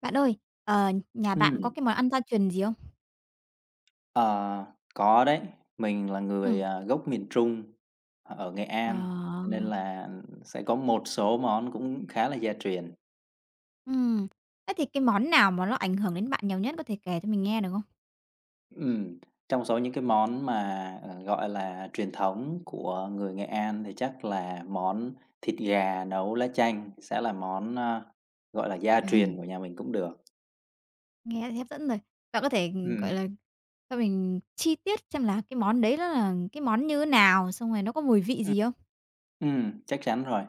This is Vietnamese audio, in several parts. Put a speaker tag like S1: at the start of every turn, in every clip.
S1: Bạn ơi, nhà bạn có
S2: Ừm,
S1: cái món ăn gia truyền gì không?
S2: ờ, có đấy. Mình là người,
S1: Ừm.
S2: gốc miền Trung, ở Nghệ
S1: Ờ,
S2: An, cho nên là sẽ có một số món cũng khá là gia truyền.
S1: ừm. Thế thì cái món nào mà nó ảnh hưởng đến bạn nhiều nhất có thể kể cho mình nghe được không?
S2: Ừm, Trong số những cái món mà, gọi là, truyền thống của người Nghệ An thì chắc là món thịt gà nấu lá chanh sẽ là món, gọi là, gia truyền của nhà mình cũng được.
S1: Nghe thấy hấp dẫn rồi. Bạn có thể, gọi
S2: Ừm.
S1: là, cho mình chi tiết xem là cái món đấy nó là cái món như thế nào, xong rồi nó có mùi vị gì không?
S2: Chắc chắn rồi.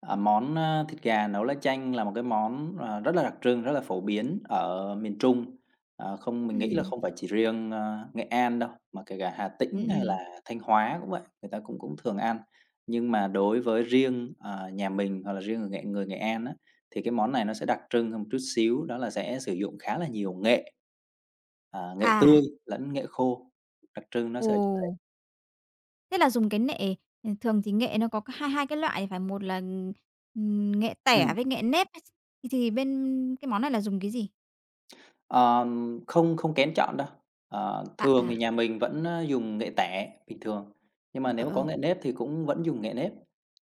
S2: À, món, thịt gà nấu lá chanh là một cái món, rất là đặc trưng, rất là phổ biến ở miền Trung. Không, mình nghĩ là
S1: Ừm,
S2: không phải chỉ riêng, Nghệ An đâu, mà kể cả Hà Tĩnh
S1: ừm,
S2: hay là
S1: ừm.
S2: Thanh Hóa cũng vậy, người ta cũng cũng thường ăn. Nhưng mà đối với riêng, nhà mình hoặc là riêng người Nghệ An á, thì cái món này nó sẽ đặc trưng hơn một chút xíu, đó là sẽ sử dụng khá là nhiều nghệ, nghệ tươi
S1: À,
S2: lẫn nghệ khô, đặc trưng nó
S1: ồ,
S2: sẽ ở chỗ đấy.
S1: thế là dùng cái nệ thường thì nghệ nó có cái hai hai cái loại phải, một là, nghệ tẻ với nghệ nếp ấy, thì bên cái món này là dùng cái gì?
S2: Không, không kén chọn đâu.
S1: À,
S2: Thường
S1: à,
S2: thì nhà mình vẫn, dùng nghệ tẻ bình thường, nhưng mà
S1: ờ,
S2: nếu mà
S1: ờ,
S2: có
S1: ờ.
S2: nghệ nếp thì cũng vẫn dùng nghệ nếp,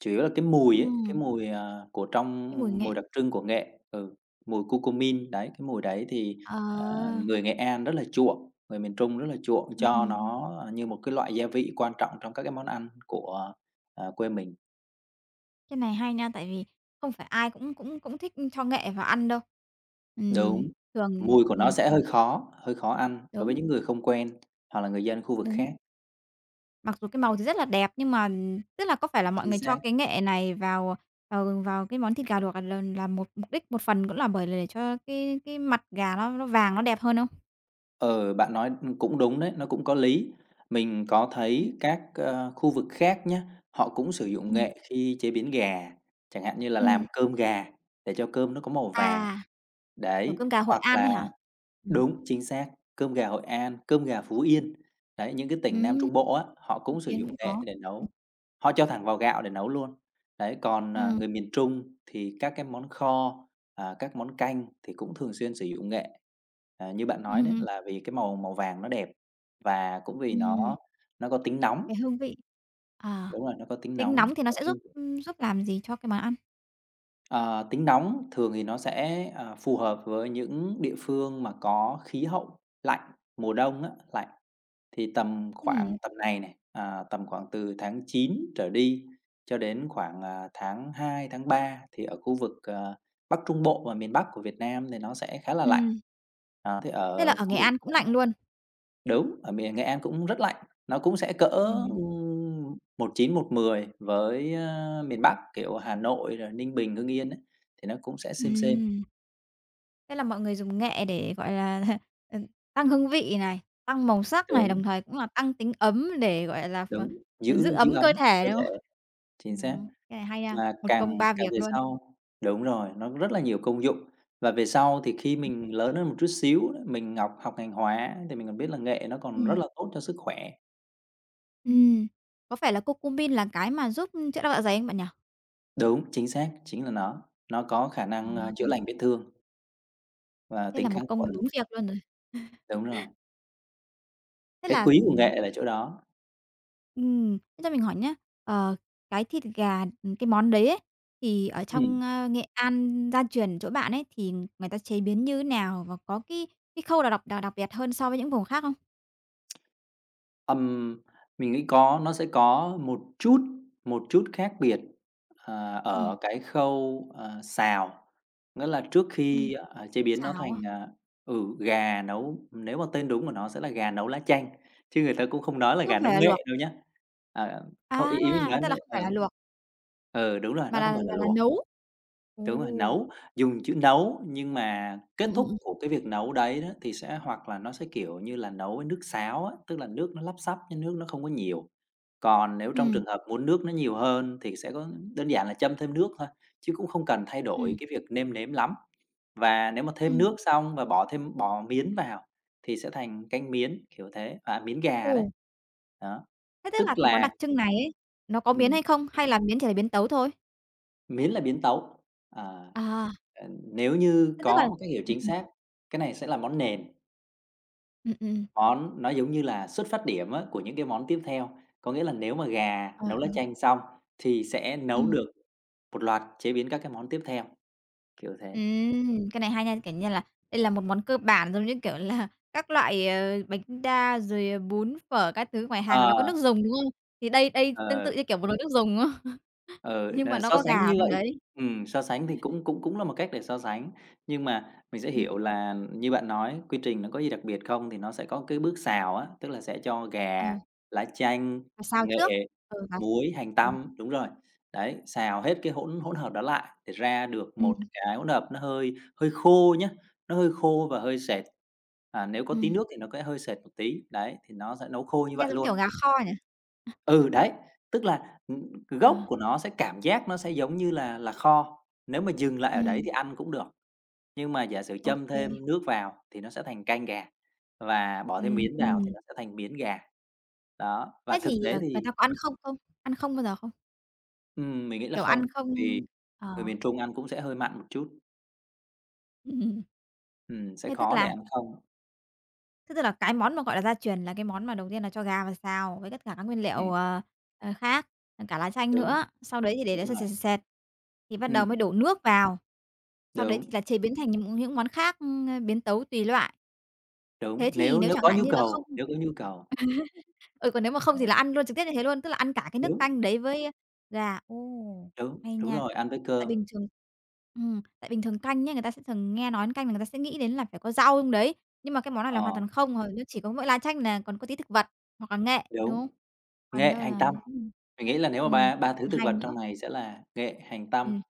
S2: chủ yếu là cái mùi ấy, cái
S1: Ừm,
S2: mùi, của trong
S1: cái mùi nghệ.
S2: mùi đặc trưng của nghệ, mùi curcumin, đấy, cái mùi đấy thì,
S1: Ờ,
S2: người Nghệ An rất là chuộng, người miền Trung rất là chuộng
S1: ừm,
S2: cho
S1: ừm,
S2: nó, như một cái loại gia vị quan trọng trong các cái món ăn của, quê mình.
S1: cái này hay nha, tại vì không phải ai cũng cũng cũng thích cho nghệ vào ăn đâu. Ừm,
S2: Đúng,
S1: thường
S2: mùi của nó sẽ hơi khó ăn đối với
S1: đúng,
S2: những người không quen hoặc là người dân khu vực
S1: đúng,
S2: khác,
S1: mặc dù cái màu thì rất là đẹp nhưng mà tức là có phải là mọi
S2: chính
S1: người cho
S2: xác.
S1: cái nghệ này vào vào vào cái món thịt gà luộc là một mục đích, một phần cũng là bởi là để cho cái mặt gà nó vàng, nó đẹp hơn không?
S2: Ờ, Bạn nói cũng đúng đấy, nó cũng có lý. Mình có
S1: Ừm,
S2: thấy các, khu vực khác nhá, họ cũng sử dụng
S1: ừm,
S2: nghệ khi chế biến gà, chẳng hạn như là làm
S1: ừm,
S2: cơm gà để cho cơm nó có màu vàng,
S1: à, kiểu,
S2: đấy,
S1: cơm gà Hội
S2: hoặc
S1: An
S2: là.
S1: ấy hả? Ừm,
S2: Đúng, chính xác. Cơm gà Hội An, cơm gà Phú Yên, đấy, những cái tỉnh Nam
S1: ừm,
S2: Trung Bộ á, họ
S1: Phú
S2: cũng sử
S1: Yên
S2: dụng
S1: cũng
S2: nghệ
S1: có.
S2: để
S1: Ừm.
S2: nấu, họ cho thẳng vào gạo để nấu luôn. Đấy, còn,
S1: Ừm.
S2: người miền Trung thì các cái món kho, các món canh thì cũng thường xuyên sử dụng nghệ. À, như bạn nói đấy, là vì cái màu màu vàng nó đẹp và cũng vì
S1: Ừm.
S2: nó có tính nóng,
S1: Cái hương vị. Ờ,
S2: đúng rồi, nó có tính
S1: tính
S2: nóng.
S1: nóng thì nó
S2: Và
S1: sẽ
S2: cái
S1: giúp làm gì cho cái món ăn?
S2: ờ, tính nóng thường thì nó sẽ, phù hợp với những địa phương mà có khí hậu lạnh, mùa đông á, lạnh. Thì tầm khoảng
S1: Ừm,
S2: tầm này này, tầm khoảng từ tháng 9 trở đi cho đến khoảng, tháng 2 tháng 3 thì ở khu vực, Bắc Trung Bộ và miền Bắc của Việt Nam thì nó sẽ khá là lạnh.
S1: ừm,
S2: Đó, thì
S1: thế là
S2: ở
S1: ở
S2: khu
S1: Nghệ
S2: vực
S1: An cũng lạnh luôn?
S2: đúng, ở miền Nghệ An cũng rất lạnh, nó cũng sẽ cỡ,
S1: Ừm,
S2: 19, 110 với, miền Bắc, kiểu, Hà Nội rồi Ninh Bình, Hưng Yên ấy, thì nó cũng sẽ xem xem.
S1: ừm, thế là mọi người dùng nghệ để, gọi là, ờ, tăng hương vị này, tăng màu sắc này,
S2: Đúng,
S1: đồng thời cũng là tăng tính ấm để, gọi là,
S2: đúng,
S1: giữ
S2: giữ giữ
S1: ấm
S2: ấm
S1: cơ thể,
S2: cơ
S1: đúng
S2: thể,
S1: không?
S2: chính xác.
S1: Cái này hay nha,
S2: Mà
S1: một công
S2: càng
S1: ba
S2: càng
S1: việc
S2: về
S1: luôn.
S2: sau đúng rồi, nó rất là nhiều công dụng. Và về sau thì khi mình lớn hơn một chút xíu, mình ngọc học ngành hóa thì mình còn biết là nghệ nó còn rất
S1: Ừm,
S2: là tốt cho sức khỏe.
S1: ừm, có phải là curcumin là cái mà giúp chữa đau dạ dày không bạn nhỉ?
S2: Đúng, chính xác, chính là nó. Nó có khả
S1: Ờ,
S2: năng, chữa lành vết thương và
S1: thế
S2: tính
S1: là
S2: kháng
S1: một công
S2: khuẩn.
S1: bốn việc luôn rồi.
S2: Đúng rồi,
S1: Thế
S2: cái
S1: là.
S2: quý của nghệ là chỗ đó.
S1: Thế cho mình hỏi nhá, ờ, cái thịt gà, cái món đấy ấy, thì ở
S2: Ừm.
S1: trong, Nghệ An gia truyền chỗ bạn ấy, thì người ta chế biến như thế nào và có cái khâu nào đặc đặc đặc biệt hơn so với những vùng khác không?
S2: Ừm, mình nghĩ có nó sẽ có một chút, khác biệt,
S1: Ừm.
S2: ở cái khâu, xào. Nghĩa là trước
S1: Ừm,
S2: khi, chế biến nó
S1: xào
S2: thành,
S1: á.
S2: gà nấu, nếu mà tên đúng của nó sẽ là gà nấu lá chanh, chứ người ta cũng không nói là
S1: Không
S2: gà nấu
S1: phải là luộc.
S2: nghệ đâu nhá. À, không,
S1: À,
S2: ý ý mình
S1: hóa
S2: nói
S1: ra là
S2: đấy.
S1: không phải là luộc
S2: Ừ, đúng rồi,
S1: mà
S2: nó
S1: là
S2: không phải là
S1: là là
S2: luộc,
S1: nấu.
S2: đúng rồi,
S1: Ồ.
S2: nấu, dùng chữ nấu nhưng mà kết thúc
S1: Ừm.
S2: của cái việc nấu đấy đó thì sẽ hoặc là nó sẽ, kiểu như là, nấu với nước sáo á, tức là nước nó lắp xắp nhưng nước nó không có nhiều. Còn nếu trong trường hợp muốn nước nó nhiều hơn thì sẽ có đơn giản là châm thêm nước thôi, chứ cũng không cần thay
S1: Ừm,
S2: đổi
S1: ừm,
S2: cái việc nêm nếm lắm. Và nếu mà thêm
S1: ừm.
S2: nước xong và bỏ thêm bò miến vào thì sẽ thành canh miến, kiểu thế, miến gà đấy.
S1: Ồ.
S2: Đó,
S1: Thế tức
S2: tức
S1: là cái món
S2: là.
S1: đặc trưng này ấy, nó có biến
S2: Ừm,
S1: hay không hay là biến chỉ là biến tấu thôi?
S2: Miến là biến tấu. À,
S1: À,
S2: ờ, nếu như
S1: thế tức là.
S2: có một cách hiểu
S1: Ừm,
S2: chính xác, cái này sẽ là món nền,
S1: ừm.
S2: món nó giống như là xuất phát điểm á, của những cái món tiếp theo. Có nghĩa là nếu mà gà
S1: Ờ,
S2: nấu lá
S1: ờ.
S2: chanh xong thì sẽ nấu
S1: Ừm.
S2: được một loạt chế biến các cái món tiếp theo, kiểu thế.
S1: Cái này hay nha, kiểu như là, đây là một món cơ bản giống như, kiểu là, các loại, bánh đa rồi, bún, phở các thứ ngoài hàng là nó có
S2: Ờ,
S1: nước dùng, đúng không? Thì đây đây tương
S2: ờ.
S1: tự như kiểu một nồi nước dùng, đúng không?
S2: Ờ,
S1: Nhưng mà
S2: Nà
S1: nó
S2: so
S1: có
S2: sánh
S1: gà
S2: như
S1: trong
S2: vậy.
S1: đấy.
S2: So sánh thì
S1: Ừm,
S2: cũng cũng cũng là một cách để so sánh, nhưng mà mình sẽ
S1: ừ,
S2: hiểu là như bạn nói, quy trình nó có gì đặc biệt không thì nó sẽ có cái bước xào á, tức là sẽ cho
S1: ờ,
S2: gà, lá chanh,
S1: và xào
S2: nghệ,
S1: trước, ừ, và
S2: muối, hành
S1: ừm,
S2: tăm đúng rồi. Đấy, xào hết cái hỗn hỗn hợp đó lại để ra được một
S1: ừm,
S2: cái hỗn hợp nó hơi hơi khô nhá, nó hơi khô và hơi sệt. À, nếu có tí
S1: ừm,
S2: nước thì nó sẽ hơi sệt một tí, đấy, thì nó sẽ nấu khô như
S1: nghe
S2: vậy
S1: giống kiểu
S2: luôn.
S1: gà kho nhỉ?
S2: Ừ, đấy, tức là,
S1: Ờ,
S2: gốc của nó sẽ cảm giác nó sẽ giống như là kho, nếu mà dừng lại ở đấy thì
S1: ừm,
S2: ăn cũng được, nhưng mà giả sử
S1: ô
S2: châm
S1: kê,
S2: thêm nước vào thì nó sẽ thành canh gà và bỏ thêm miến vào thì
S1: ừm.
S2: nó sẽ thành miến gà. Đó, và
S1: Thế
S2: thực
S1: thì,
S2: tế
S1: người
S2: thì.
S1: ta có ăn không không? Ăn không bao giờ không?
S2: Mình nghĩ là
S1: Kiểu ăn
S2: không,
S1: không
S2: bởi vì
S1: ờ,
S2: người miền Trung ăn cũng sẽ hơi mặn một chút, sẽ
S1: thế tức
S2: khó để
S1: là
S2: ăn không.
S1: Thế tức là cái món mà, gọi là, gia truyền là cái món mà đầu tiên là cho gà vào xào với tất cả các nguyên
S2: Ừm,
S1: liệu, khác, cả lá chanh
S2: Đúng,
S1: nữa, sau đấy thì để
S2: đúng
S1: đấy sệt,
S2: rồi,
S1: sệt, sệt, sệt, thì bắt
S2: ừm,
S1: đầu mới đổ nước vào. Sau đấy
S2: đúng,
S1: thì là chế biến thành những món khác, biến tấu tùy loại.
S2: đúng,
S1: Thế thì
S2: nếu
S1: nếu
S2: nếu
S1: chẳng
S2: có
S1: hạn
S2: nhu
S1: như là không
S2: cầu, nếu có nhu cầu.
S1: ừ, còn nếu mà không
S2: Đấy,
S1: thì là ăn luôn trực tiếp như thế luôn, tức là ăn cả cái nước
S2: đúng,
S1: canh đấy với gà. Ồ,
S2: đúng,
S1: hay
S2: đúng
S1: nha!
S2: rồi, ăn với
S1: Tại
S2: cơm,
S1: bình thường tại bình thường canh nhá, người ta sẽ thường nghe nói đến canh là người ta sẽ nghĩ đến là phải có rau trong đấy, nhưng mà cái món này
S2: ờ,
S1: là hoàn toàn không, nó chỉ có mỗi lá chanh là còn có tí thực vật hoặc là nghệ, đúng không?
S2: đúng,
S1: Còn
S2: nghệ
S1: đâu
S2: hành
S1: là
S2: tăm. Mình nghĩ là nếu mà
S1: ừm,
S2: ba ba thứ thực vật
S1: hành
S2: trong
S1: nữa.
S2: này sẽ là nghệ, hành, tăm.
S1: Ừm.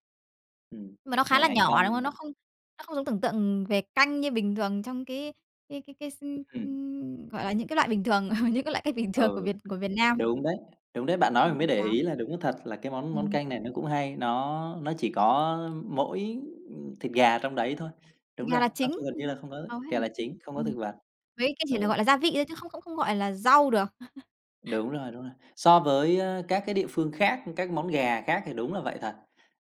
S2: Ừm,
S1: Nhưng mà nó khá
S2: nghệ,
S1: là
S2: hành, tăm
S1: nhỏ, đúng không?
S2: là.
S1: Nó không giống tưởng tượng về canh như bình thường trong cái s
S2: ừm,
S1: gọi là, những cái loại bình thường, những cái loại cách bình thường của
S2: ừ,
S1: Việt Nam.
S2: Đúng đấy, đúng đấy, bạn
S1: Ờ,
S2: nói mình mới
S1: độc
S2: để
S1: đáo.
S2: ý là đúng thật là cái món món
S1: Ừm,
S2: canh này nó cũng hay, nó chỉ có mỗi, thịt gà trong đấy thôi. Đúng
S1: thịt gà
S2: rồi,
S1: là
S2: nó
S1: chính,
S2: không gần như là không có
S1: hầu hết
S2: gà
S1: là
S2: là
S1: thịt.
S2: chính, không có
S1: Ừm.
S2: thực vật.
S1: Mấy cái chỉ
S2: Ừ.
S1: là, gọi là, gia vị thôi chứ không không không gọi là rau được.
S2: Đúng rồi, đúng rồi. So với, các cái địa phương khác, các món gà khác thì đúng là vậy thật.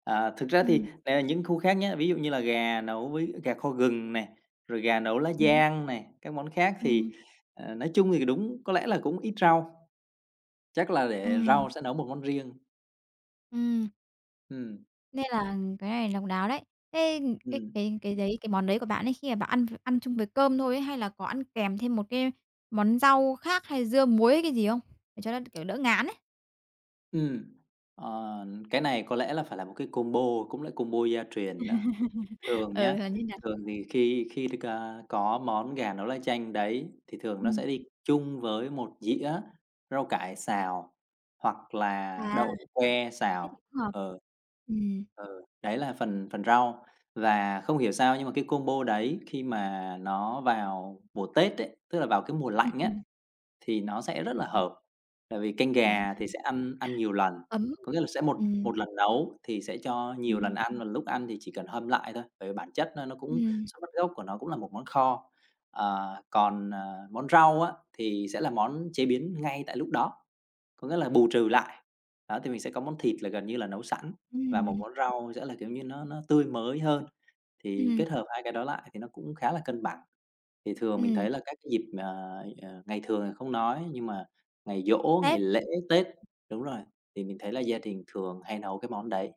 S2: Thực ra thì
S1: Ừm,
S2: nè, những khu khác nhé ví dụ như là gà nấu với gà kho gừng này, rồi gà nấu lá
S1: đúng.
S2: giang này, các món khác thì,
S1: Ừm,
S2: nói chung thì đúng, có lẽ là cũng ít rau, chắc là để rau
S1: ừm,
S2: sẽ nấu một món riêng.
S1: ừm,
S2: Ừm,
S1: nên là cái này độc đáo đấy. Thế
S2: ừm,
S1: cái món đấy của bạn ấy, khi mà bạn ăn ăn chung với cơm thôi ấy, hay là có ăn kèm thêm một cái món rau khác hay dưa muối hay cái gì không? Để cho nó, kiểu, đỡ ngán ấy.
S2: ừm. Cái này có lẽ là phải là một cái combo, cũng là combo gia truyền nữa. Thường nhá,
S1: Ừ, là như nào?
S2: thường thì khi khi được, có món gà nấu lá chanh đấy thì thường nó
S1: Ừm,
S2: sẽ đi chung với một dĩa rau cải xào hoặc là
S1: à,
S2: đậu que
S1: thế thì
S2: xào.
S1: cũng hợp.
S2: Ờ.
S1: Ừm,
S2: Ờ, Đấy là phần phần rau. Và không hiểu sao nhưng mà cái combo đấy khi mà nó vào mùa Tết ấy, tức là vào cái mùa lạnh á,
S1: ừm.
S2: thì nó sẽ rất là hợp, tại vì canh gà thì sẽ ăn ăn nhiều lần,
S1: Ấm.
S2: có nghĩa là sẽ một
S1: Ừm,
S2: một lần nấu thì sẽ cho nhiều lần
S1: ừm,
S2: ăn, và lúc ăn thì chỉ cần hâm lại thôi, bởi vì bản chất nó cũng
S1: ừm,
S2: xuất phát gốc của nó cũng là một món kho. Còn, món rau á, thì sẽ là món chế biến ngay tại lúc đó, có nghĩa là bù trừ lại. Đó, thì mình sẽ có món thịt là gần như là nấu sẵn và một
S1: ừm,
S2: món rau sẽ là, kiểu như, nó tươi mới hơn, thì
S1: ừm,
S2: kết hợp hai cái đó lại thì nó cũng khá là cân bằng. Thì thường mình
S1: ừm.
S2: thấy là các cái dịp mà, ngày thường thì không nói, nhưng mà ngày giỗ,
S1: Thế
S2: ngày lễ, Tết đúng rồi, thì mình thấy là gia đình thường hay nấu cái món đấy.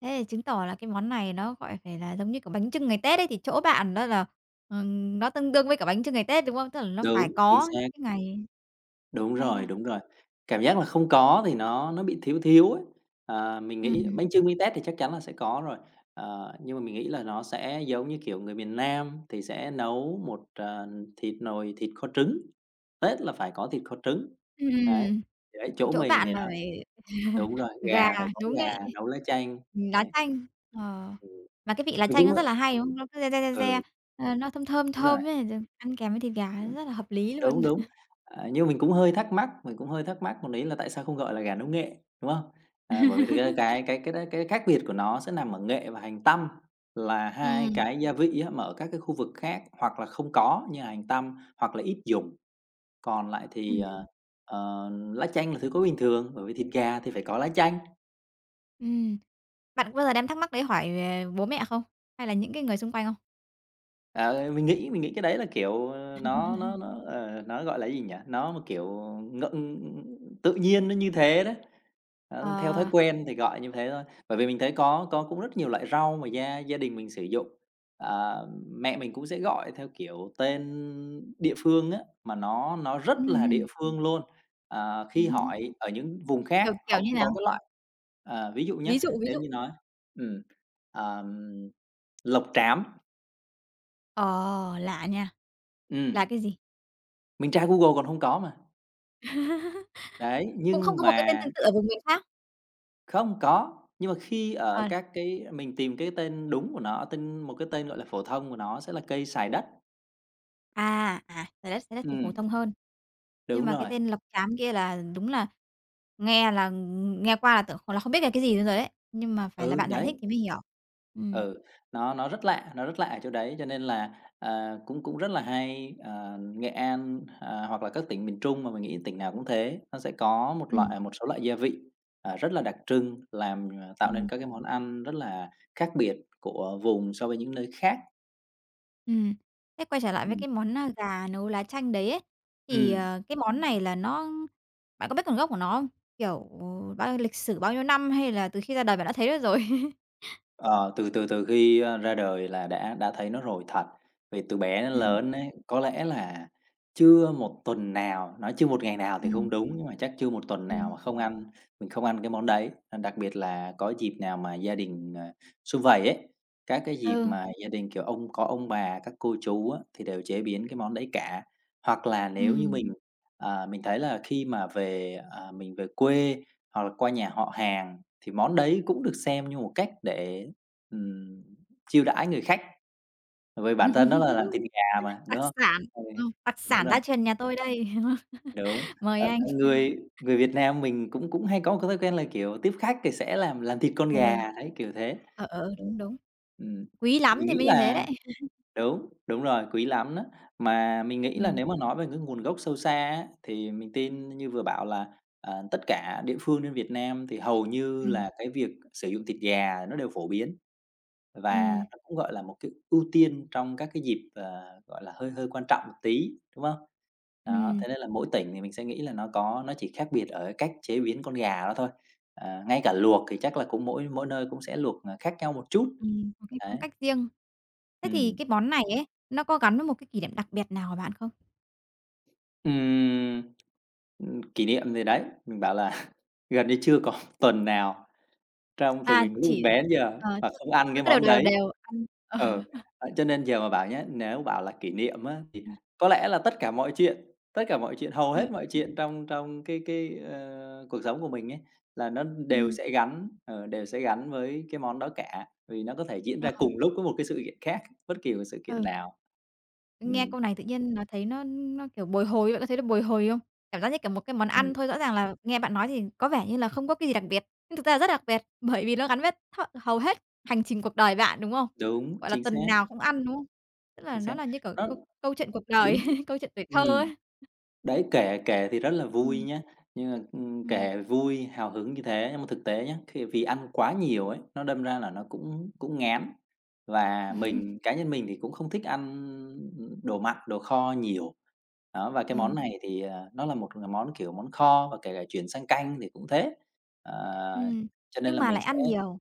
S1: Thế thì chứng tỏ là cái món này nó, phải là giống như kiểu bánh chưng ngày Tết ấy, thì chỗ bạn đó là, nó tương đương với cả bánh chưng ngày Tết, đúng không? Tức là nó phải
S2: Đúng, chính
S1: có những
S2: xác,
S1: cái ngày.
S2: đúng
S1: Hay đó.
S2: rồi, đúng rồi. Cảm giác là không có thì nó bị thiếu thiếu ấy. Mình nghĩ
S1: Ừm,
S2: bánh chưng bánh tét thì chắc chắn là sẽ có rồi, nhưng mà mình nghĩ là nó sẽ giống như, kiểu, người miền Nam thì sẽ nấu một, thịt nồi thịt kho trứng, Tết là phải có thịt kho trứng.
S1: ừm,
S2: Đấy,
S1: ừm,
S2: thì đấy,
S1: thì
S2: chỗ
S1: chỗ
S2: mình
S1: bạn
S2: thì nó
S1: là phải
S2: Đúng rồi,
S1: gà,
S2: gà phải có
S1: đúng
S2: gà
S1: đấy.
S2: nấu lá chanh,
S1: Lá
S2: đấy.
S1: chanh, ờ,
S2: Ừm,
S1: mà cái vị lá
S2: mình
S1: chanh
S2: cũng,
S1: nó
S2: ơ
S1: rất là hay, đúng không? Nó cứ re, re, re, re,
S2: Ừ,
S1: nó thơm thơm
S2: đúng rồi,
S1: thơm ấy, rồi ăn kèm với thịt gà
S2: ừm,
S1: rất là hợp lý
S2: đúng,
S1: luôn.
S2: đúng. Nhưng mình cũng hơi thắc mắc, mình cũng hơi thắc mắc một tí là tại sao không gọi là gà nấu nghệ, đúng không? À, bởi vì thực ra cái đó cái khác biệt của nó sẽ nằm ở nghệ và hành tăm, là hai
S1: Ừm,
S2: cái gia vị á, mà ở các cái khu vực khác hoặc là không có như là hành tăm hoặc là ít dùng. Còn lại thì,
S1: ừm,
S2: lá chanh là thứ có bình thường, bởi vì thịt gà thì phải có lá chanh.
S1: ừm. Bạn có bao giờ đem thắc mắc đấy hỏi, bố mẹ không? Hay là những cái người xung quanh không?
S2: Ờ, mình nghĩ cái đấy là, kiểu, nó nó nó, nó, gọi là, gì nhỉ? Nó một kiểu, ngẫm tự nhiên nó như thế đấy. Đó, theo thói
S1: Ờ.
S2: quen thì gọi như thế thôi. Bởi vì mình thấy có cũng rất nhiều loại rau mà gia gia đình mình sử dụng. Mẹ mình cũng sẽ gọi theo, kiểu, tên địa phương á, mà nó rất là địa
S1: Hưm.
S2: phương luôn. Ờ, khi hỏi ở những vùng khác
S1: Kiểu,
S2: họ
S1: kiểu như
S2: cũng
S1: nào?
S2: có cái loại ví dụ nhé,
S1: Ví dụ, ví
S2: nếu
S1: dụ.
S2: như nói ừm, ờm, lộc trám,
S1: Ờ, lạ nha. Là
S2: ừm.
S1: cái gì?
S2: Mình tra Google còn hông có mà. Đấy,
S1: Cũng không
S2: nhưng
S1: có một cái tên
S2: mà
S1: tương tự ở vùng miền khác?
S2: không có, nhưng mà khi ở
S1: Ờ,
S2: các cái mình tìm cái tên đúng của nó, tên một cái tên, gọi là, phổ thông của nó sẽ là cây sài đất.
S1: à, à, xà lách thì phổ
S2: Ừm,
S1: thông hơn, nhưng
S2: đúng
S1: mà cái
S2: rồi.
S1: tên lộc trám kia là đúng là nghe là nghe qua là tưởng là không biết là cái gì luôn rồi đấy, nhưng mà phải là
S2: Ừ,
S1: bạn giải
S2: đấy,
S1: thích thì mới hiểu. Ừm.
S2: ừ, nó rất lạ, nó rất lạ ở chỗ đấy, cho nên là, à, cũng cũng rất là hay. Ờ, Nghệ An, à, hoặc là các tỉnh miền Trung mà mình nghĩ tỉnh nào cũng thế, nó sẽ có
S1: Ừm,
S2: một số loại gia vị, à, rất là đặc trưng làm, ờ, tạo nên
S1: ừm.
S2: các cái món ăn rất là khác biệt của vùng so với những nơi khác.
S1: Ừm. Thế quay trở lại với
S2: Ừm,
S1: cái món, gà nấu lá chanh đấy ấy, thì,
S2: ừm.
S1: cái món này là bạn có biết nguồn gốc của nó không? Kiểu, ừ, bao lịch sử bao nhiêu năm hay là từ khi ra đời bạn đã thấy được rồi?
S2: Ờ, từ từ từ khi, a, ra đời là đã thấy nó rồi thật. Vì từ bé đến
S1: Ừm,
S2: lớn ấy, có lẽ là chưa một tuần nào, nói chưa một ngày nào thì không
S1: ừm,
S2: đúng, nhưng mà chắc chưa một tuần nào mà
S1: ừm.
S2: không ăn mình không ăn cái món đấy. À, đặc biệt là có dịp nào mà gia đình, sum vầy ấy, các cái dịp
S1: Ừ,
S2: mà gia đình, kiểu, ông có ông bà, các cô chú á, thì đều chế biến cái món đấy cả. Hoặc là nếu như
S1: ừm.
S2: mình, à, mình thấy là khi mà về, à, mình về quê hoặc là qua nhà họ hàng thì món đấy cũng được xem như một cách để, ừm, chiêu đãi người khách, bởi vì bản thân nó là làm thịt gà mà, đúng
S1: Đặc
S2: không?
S1: sản,
S2: Ừ,
S1: đặc
S2: đúng.
S1: sản gia truyền nhà tôi đây.
S2: Đúng,
S1: Mời anh.
S2: người người Việt Nam mình cũng cũng hay có một cái thói quen là, kiểu, tiếp khách thì sẽ làm thịt con
S1: Ừ,
S2: gà, đấy, kiểu thế.
S1: ờ, ờ,
S2: Ừ.
S1: đúng, đúng.
S2: Ừm,
S1: Quý
S2: thì
S1: lắm
S2: mình
S1: thì
S2: nghĩ
S1: mới như thế đấy.
S2: là đúng, đúng rồi, quý lắm đó. Mà mình nghĩ là
S1: Ừm,
S2: nếu mà nói về cái nguồn gốc sâu xa á, thì mình tin như vừa bảo là, ờ, tất cả địa phương trên Việt Nam thì hầu như
S1: ừm,
S2: là cái việc sử dụng thịt gà nó đều phổ biến, và
S1: ừm,
S2: nó cũng, gọi là, một cái ưu tiên trong các cái dịp, ờ, gọi là, hơi hơi quan trọng một tí, đúng không? Đó,
S1: ừm,
S2: thế nên là mỗi tỉnh thì mình sẽ nghĩ là nó có nó chỉ khác biệt ở cái cách chế biến con gà đó thôi. À, ngay cả luộc thì chắc là cũng mỗi mỗi nơi cũng sẽ luộc, à, khác nhau một chút.
S1: có cái
S2: Đấy,
S1: phong cách riêng. Thế thì
S2: ừm.
S1: cái món này ấy, nó có gắn với một cái kỷ niệm đặc biệt nào của bạn không?
S2: Ừm, kỷ niệm thì đấy, mình bảo là gần như chưa có tuần nào trong từ
S1: À,
S2: mình lúc mình
S1: chỉ
S2: bé đến giờ là
S1: tức
S2: không ăn
S1: nó
S2: cái
S1: cứ đều
S2: món
S1: đều, đều
S2: đấy.
S1: đều, ăn
S2: Ờ, à, cho nên giờ mà bảo nhá, nếu bảo là kỷ niệm á, thì có lẽ là tất cả mọi chuyện, tất cả mọi chuyện, hầu
S1: ờ,
S2: hết mọi
S1: ừm,
S2: chuyện trong trong cái, ờ, cuộc sống của mình ấy, là nó đều sẽ gắn, đều sẽ gắn với cái món đó cả, vì nó có thể diễn
S1: ờ,
S2: ra cùng lúc với một cái sự kiện khác, bất kỳ một sự kiện
S1: ừ,
S2: nào. Ừm,
S1: nghe câu này tự nhiên nó thấy nó, kiểu, bồi hồi bạn có thấy nó bồi hồi không? Cảm giác như, kiểu, một cái món
S2: ừm,
S1: ăn thôi rõ ràng là nghe bạn nói thì có vẻ như là không có cái gì đặc biệt, nhưng thực ra là rất đặc biệt, bởi vì nó gắn với hầu hết hành trình cuộc đời bạn, đúng không?
S2: đúng,
S1: Gọi là
S2: chính
S1: tuần
S2: xác,
S1: nào cũng ăn, đúng không? Tức là
S2: chính xác.
S1: nó là như, kiểu,
S2: Nó
S1: câu câu chuyện cuộc đời,
S2: đến,
S1: câu chuyện tuổi thơ
S2: ừm.
S1: ấy.
S2: Đấy, kể kể thì rất là vui
S1: Ừm,
S2: nhá, nhưng mà,
S1: ừm.
S2: kể vui, hào hứng như thế, nhưng mà thực tế nhá, khi vì ăn quá nhiều ấy, nó đâm ra là nó cũng cũng ngán. Và cá nhân mình thì cũng không thích ăn đồ mặn, đồ kho nhiều. Đó, và cái món
S1: Ừ.
S2: này thì, ờ, nó là một món, kiểu, món kho và kể cả chuyển sang canh thì cũng thế. Ờ,
S1: Ừm,
S2: cho nên
S1: nhưng
S2: là
S1: mà
S2: mình
S1: lại
S2: sẽ,
S1: ăn nhiều.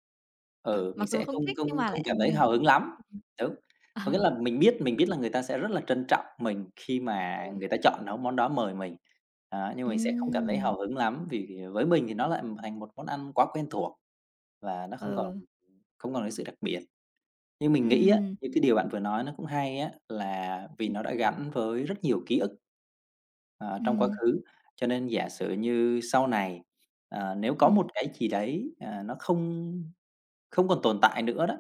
S1: Ờ,
S2: ừ, mình
S1: mặc dù
S2: sẽ
S1: không
S2: không
S1: thích nhưng
S2: không
S1: mà lại
S2: không cảm
S1: ăn
S2: thấy
S1: nhiều.
S2: hào hứng lắm.
S1: Ừm.
S2: Đúng. Có nghĩa là mình biết là người ta sẽ rất là trân trọng mình khi
S1: Ờ.
S2: mà
S1: Ừ.
S2: người ta chọn nấu món đó mời mình, đó, nhưng mình sẽ không cảm thấy
S1: Ừm,
S2: hào hứng lắm vì với mình thì nó lại thành một món ăn quá quen thuộc và nó không còn,
S1: ừ,
S2: không còn cái sự đặc biệt. Nhưng mình nghĩ á,
S1: ừm,
S2: những cái điều bạn vừa nói nó cũng hay á, là vì nó đã gắn với rất nhiều ký ức, ờ, trong quá
S1: ừm,
S2: khứ, cho nên giả sử như sau này, ờ, nếu có
S1: ừm,
S2: một cái gì đấy, ờ, nó không, không còn tồn tại nữa đó,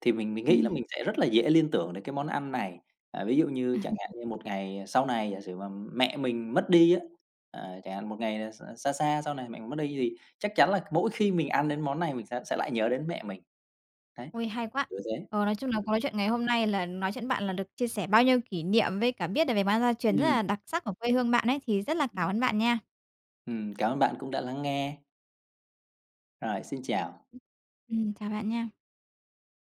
S2: thì mình nghĩ là
S1: ừm.
S2: mình sẽ rất là dễ liên tưởng đến cái món ăn này. À, ví dụ như chẳng hạn như một ngày sau này giả sử mà mẹ mình mất đi á, ờ, chẳng hạn một ngày, ờ, xa xa sau này mẹ mình mất đi thì chắc chắn là mỗi khi mình ăn đến món này mình sẽ lại nhớ đến mẹ mình. Đấy,
S1: Ôi, hay quá!
S2: kiểu thế.
S1: Ờ, nói chung là cuộc nói chuyện ngày hôm nay là nói chuyện với bạn là được chia sẻ bao nhiêu kỷ niệm với cả biết được về món ăn gia truyền rất
S2: Ừm,
S1: là đặc sắc của quê hương bạn ấy, thì rất là cảm ơn bạn nha.
S2: cảm ơn bạn cũng đã lắng nghe. Rồi, xin chào.
S1: Chào bạn nha.